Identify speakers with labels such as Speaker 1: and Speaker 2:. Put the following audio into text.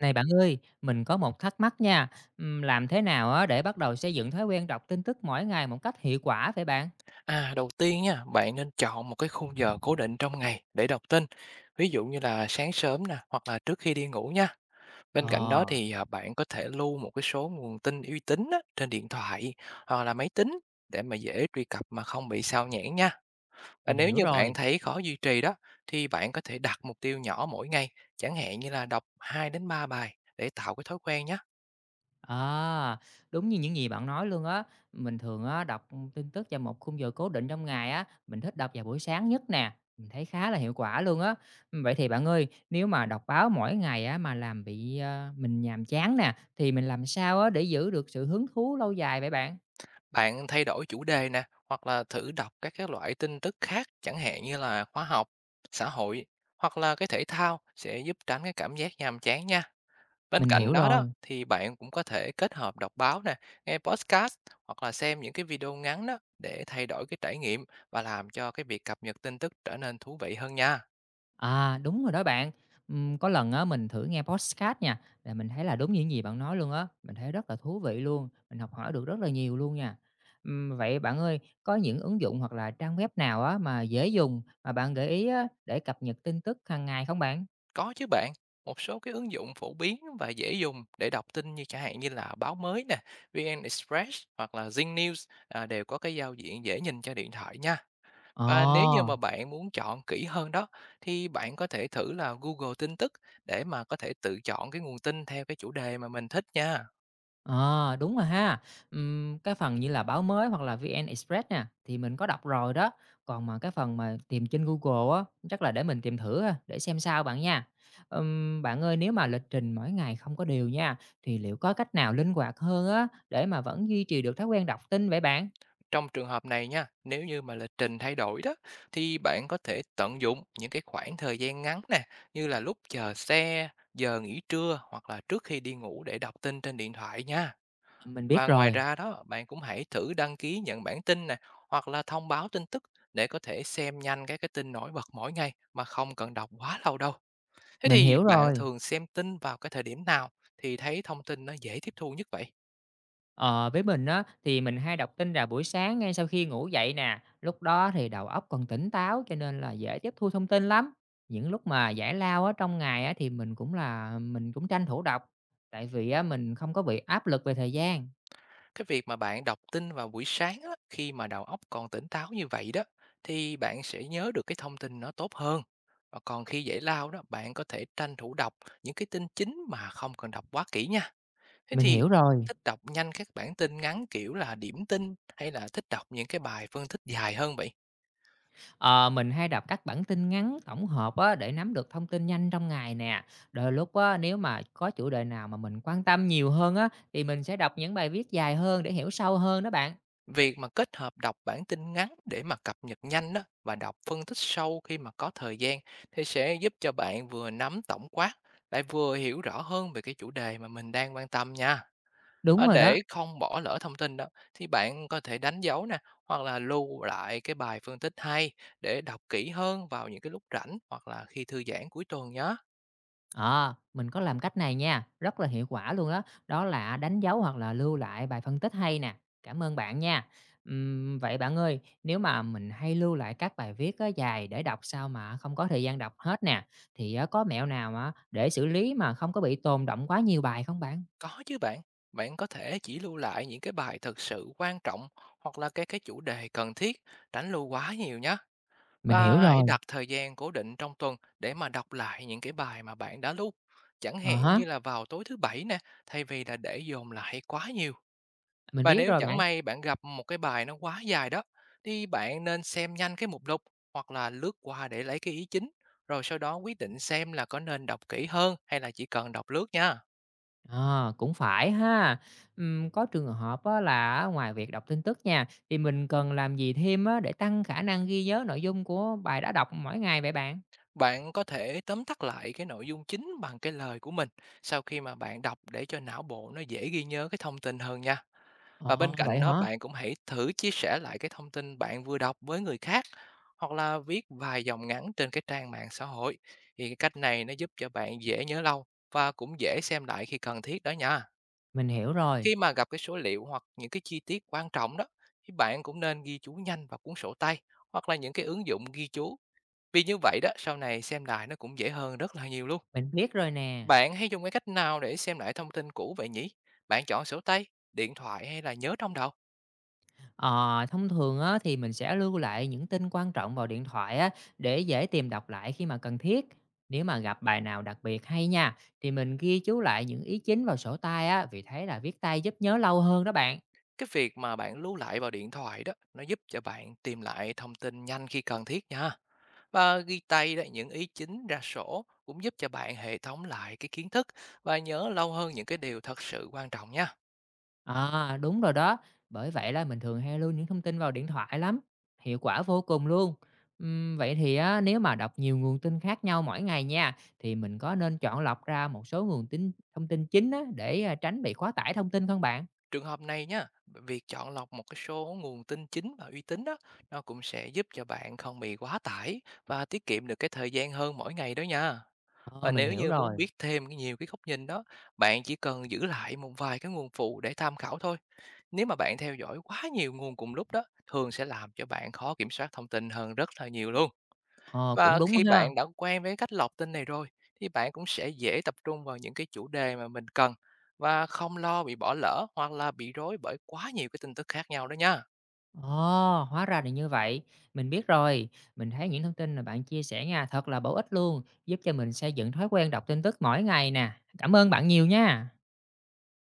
Speaker 1: Này bạn ơi, mình có một thắc mắc nha. Làm thế nào á để bắt đầu xây dựng thói quen đọc tin tức mỗi ngày một cách hiệu quả vậy bạn?
Speaker 2: À, đầu tiên nha, bạn nên chọn một cái khung giờ cố định trong ngày để đọc tin. Ví dụ như là sáng sớm nè, hoặc là trước khi đi ngủ nha. Bên cạnh đó
Speaker 1: Ờ,
Speaker 2: thì bạn có thể lưu một cái số nguồn tin uy tín á, trên điện thoại hoặc là máy tính để mà dễ truy cập mà không bị sao nhãng nha. Và
Speaker 1: mình
Speaker 2: nếu
Speaker 1: hiểu
Speaker 2: như
Speaker 1: rồi.
Speaker 2: bạn thấy khó duy trì đó thì bạn có thể đặt mục tiêu nhỏ mỗi ngày, chẳng hạn như là đọc 2 đến 3 bài để tạo cái thói quen nhé.
Speaker 1: À, đúng như những gì bạn nói luôn á. Mình thường á, đọc tin tức vào một khung giờ cố định trong ngày á. Mình thích đọc vào buổi sáng nhất nè. Mình thấy khá là hiệu quả luôn á. Ừ, vậy thì bạn ơi, nếu mà đọc báo mỗi ngày á, mà làm bị mình nhàm chán nè, thì mình làm sao á, để giữ được sự hứng thú lâu dài vậy bạn?
Speaker 2: Bạn thay đổi chủ đề nè, hoặc là thử đọc các cái loại tin tức khác, chẳng hạn như là khoa học, xã hội hoặc là cái thể thao sẽ giúp tránh cái cảm giác nhàm chán nha. Bên
Speaker 1: Mình
Speaker 2: cạnh
Speaker 1: hiểu
Speaker 2: đó
Speaker 1: rồi.
Speaker 2: đó thì bạn cũng có thể kết hợp đọc báo nè, nghe podcast hoặc là xem những cái video ngắn đó để thay đổi cái trải nghiệm và làm cho cái việc cập nhật tin tức trở nên thú vị hơn nha.
Speaker 1: À, đúng rồi đó bạn. Có lần á mình thử nghe podcast nha, là mình thấy là đúng như những gì bạn nói luôn á, mình thấy rất là thú vị luôn, mình học hỏi được rất là nhiều luôn nha. Vậy bạn ơi, có những ứng dụng hoặc là trang web nào á mà dễ dùng mà bạn gợi ý á để cập nhật tin tức hàng ngày không bạn?
Speaker 2: Có chứ bạn, một số cái ứng dụng phổ biến và dễ dùng để đọc tin như chẳng hạn như là báo mới nè, VN Express hoặc là Zing News à, đều có cái giao diện dễ nhìn cho điện thoại nha.
Speaker 1: Ờ.
Speaker 2: Và nếu như mà bạn muốn chọn kỹ hơn đó thì bạn có thể thử là Google tin tức để mà có thể tự chọn cái nguồn tin theo cái chủ đề mà mình thích nha.
Speaker 1: Ờ, đúng rồi ha. Cái phần như là báo mới hoặc là VN Express nè, thì mình có đọc rồi đó. Còn mà cái phần mà tìm trên Google á, chắc là để mình tìm thử ha, để xem sao bạn nha. Bạn ơi, nếu mà lịch trình mỗi ngày không có điều nha, thì liệu có cách nào linh hoạt hơn á, để mà vẫn duy trì được thói quen đọc tin vậy bạn?
Speaker 2: Trong trường hợp này nha, nếu như mà lịch trình thay đổi đó thì bạn có thể tận dụng những cái khoảng thời gian ngắn nè, như là lúc chờ xe, giờ nghỉ trưa hoặc là trước khi đi ngủ để đọc tin trên điện thoại nha.
Speaker 1: Mình biết
Speaker 2: Và ngoài
Speaker 1: rồi,
Speaker 2: ra đó, bạn cũng hãy thử đăng ký nhận bản tin nè hoặc là thông báo tin tức để có thể xem nhanh các cái tin nổi bật mỗi ngày mà không cần đọc quá lâu đâu. Thế
Speaker 1: mình
Speaker 2: thì
Speaker 1: hiểu
Speaker 2: bạn
Speaker 1: rồi.
Speaker 2: thường xem tin vào cái thời điểm nào thì thấy thông tin nó dễ tiếp thu nhất vậy?
Speaker 1: Ờ, với mình á, thì mình hay đọc tin vào buổi sáng ngay sau khi ngủ dậy nè, lúc đó thì đầu óc còn tỉnh táo cho nên là dễ tiếp thu thông tin lắm. Những lúc mà giải lao á, trong ngày á, thì mình cũng tranh thủ đọc, tại vì á, mình không có bị áp lực về thời gian.
Speaker 2: Cái việc mà bạn đọc tin vào buổi sáng á, khi mà đầu óc còn tỉnh táo như vậy đó thì bạn sẽ nhớ được cái thông tin nó tốt hơn. Và còn khi giải lao đó, bạn có thể tranh thủ đọc những cái tin chính mà không cần đọc quá kỹ nha. Thế
Speaker 1: Mình
Speaker 2: thì
Speaker 1: hiểu rồi.
Speaker 2: thích đọc nhanh các bản tin ngắn kiểu là điểm tin hay là thích đọc những cái bài phân tích dài hơn vậy?
Speaker 1: Ờ, mình hay đọc các bản tin ngắn tổng hợp á, để nắm được thông tin nhanh trong ngày nè. Đôi lúc á, nếu mà có chủ đề nào mà mình quan tâm nhiều hơn á, thì mình sẽ đọc những bài viết dài hơn để hiểu sâu hơn đó bạn.
Speaker 2: Việc mà kết hợp đọc bản tin ngắn để mà cập nhật nhanh đó và đọc phân tích sâu khi mà có thời gian thì sẽ giúp cho bạn vừa nắm tổng quát lại vừa hiểu rõ hơn về cái chủ đề mà mình đang quan tâm nha.
Speaker 1: Đúng
Speaker 2: Ờ,
Speaker 1: rồi đó.
Speaker 2: để không bỏ lỡ thông tin đó thì bạn có thể đánh dấu nè hoặc là lưu lại cái bài phân tích hay để đọc kỹ hơn vào những cái lúc rảnh hoặc là khi thư giãn cuối tuần nhé.
Speaker 1: Ờ, mình có làm cách này nha, rất là hiệu quả luôn đó, đó là đánh dấu hoặc là lưu lại bài phân tích hay nè. Cảm ơn bạn nha. Vậy bạn ơi, nếu mà mình hay lưu lại các bài viết á, dài để đọc sao mà không có thời gian đọc hết nè, thì á, có mẹo nào á, để xử lý mà không có bị tồn động quá nhiều bài không bạn?
Speaker 2: Có chứ bạn, bạn có thể chỉ lưu lại những cái bài thật sự quan trọng hoặc là cái chủ đề cần thiết, tránh lưu quá nhiều nhé.
Speaker 1: Mình hiểu
Speaker 2: Và hãy
Speaker 1: rồi.
Speaker 2: đặt thời gian cố định trong tuần để mà đọc lại những cái bài mà bạn đã lưu. Chẳng
Speaker 1: Ờ
Speaker 2: hạn
Speaker 1: há,
Speaker 2: như là vào tối thứ bảy nè, thay vì là để dồn lại quá nhiều.
Speaker 1: mình
Speaker 2: Và
Speaker 1: biết
Speaker 2: nếu
Speaker 1: rồi
Speaker 2: chẳng
Speaker 1: bạn.
Speaker 2: may bạn gặp một cái bài nó quá dài đó, thì bạn nên xem nhanh cái mục lục hoặc là lướt qua để lấy cái ý chính, rồi sau đó quyết định xem là có nên đọc kỹ hơn hay là chỉ cần đọc lướt nha.
Speaker 1: Ờ, cũng phải ha. Có trường hợp á là á ngoài việc đọc tin tức nha, thì mình cần làm gì thêm á để tăng khả năng ghi nhớ nội dung của bài đã đọc mỗi ngày vậy bạn?
Speaker 2: Bạn có thể tóm tắt lại cái nội dung chính bằng cái lời của mình sau khi mà bạn đọc để cho não bộ nó dễ ghi nhớ cái thông tin hơn nha. Và bên
Speaker 1: Ồ,
Speaker 2: cạnh
Speaker 1: vậy
Speaker 2: đó
Speaker 1: hả?
Speaker 2: bạn cũng hãy thử chia sẻ lại cái thông tin bạn vừa đọc với người khác hoặc là viết vài dòng ngắn trên cái trang mạng xã hội. Thì cái cách này nó giúp cho bạn dễ nhớ lâu và cũng dễ xem lại khi cần thiết đó nha.
Speaker 1: Mình hiểu rồi,
Speaker 2: Khi mà gặp cái số liệu hoặc những cái chi tiết quan trọng đó thì bạn cũng nên ghi chú nhanh vào cuốn sổ tay hoặc là những cái ứng dụng ghi chú. Vì như vậy đó sau này xem lại nó cũng dễ hơn rất là nhiều luôn.
Speaker 1: mình biết rồi nè.
Speaker 2: Bạn hay dùng cái cách nào để xem lại thông tin cũ vậy nhỉ? Bạn chọn sổ tay, điện thoại hay là nhớ trong đầu?
Speaker 1: Ờ, thông thường á, thì mình sẽ lưu lại những tin quan trọng vào điện thoại á, để dễ tìm đọc lại khi mà cần thiết. Nếu mà gặp bài nào đặc biệt hay nha, thì mình ghi chú lại những ý chính vào sổ tay á, vì thấy là viết tay giúp nhớ lâu hơn đó bạn.
Speaker 2: Cái việc mà bạn lưu lại vào điện thoại đó, nó giúp cho bạn tìm lại thông tin nhanh khi cần thiết nha. Và ghi tay đấy những ý chính ra sổ cũng giúp cho bạn hệ thống lại cái kiến thức và nhớ lâu hơn những cái điều thật sự quan trọng nha.
Speaker 1: À, đúng rồi đó. Bởi vậy là mình thường hay lưu những thông tin vào điện thoại lắm, hiệu quả vô cùng luôn. Vậy thì á, nếu mà đọc nhiều nguồn tin khác nhau mỗi ngày nha, thì mình có nên chọn lọc ra một số nguồn tin thông tin chính á, để tránh bị quá tải thông tin không bạn?
Speaker 2: Trường hợp này nha, việc chọn lọc một cái số nguồn tin chính và uy tín đó, nó cũng sẽ giúp cho bạn không bị quá tải và tiết kiệm được cái thời gian hơn mỗi ngày đó nha.
Speaker 1: Ờ,
Speaker 2: Và
Speaker 1: mình
Speaker 2: nếu
Speaker 1: hiểu
Speaker 2: như muốn
Speaker 1: rồi.
Speaker 2: biết thêm cái nhiều cái góc nhìn đó, bạn chỉ cần giữ lại một vài cái nguồn phụ để tham khảo thôi. Nếu mà bạn theo dõi quá nhiều nguồn cùng lúc đó, thường sẽ làm cho bạn khó kiểm soát thông tin hơn rất là nhiều luôn.
Speaker 1: Ờ, cũng
Speaker 2: Và
Speaker 1: đúng
Speaker 2: khi
Speaker 1: ha.
Speaker 2: bạn đã quen với cách lọc tin này rồi, thì bạn cũng sẽ dễ tập trung vào những cái chủ đề mà mình cần và không lo bị bỏ lỡ hoặc là bị rối bởi quá nhiều cái tin tức khác nhau đó nha.
Speaker 1: Ồ, hóa ra là như vậy. Mình biết rồi. Mình thấy những thông tin mà bạn chia sẻ nha, thật là bổ ích luôn, giúp cho mình xây dựng thói quen đọc tin tức mỗi ngày nè. Cảm ơn bạn nhiều nha.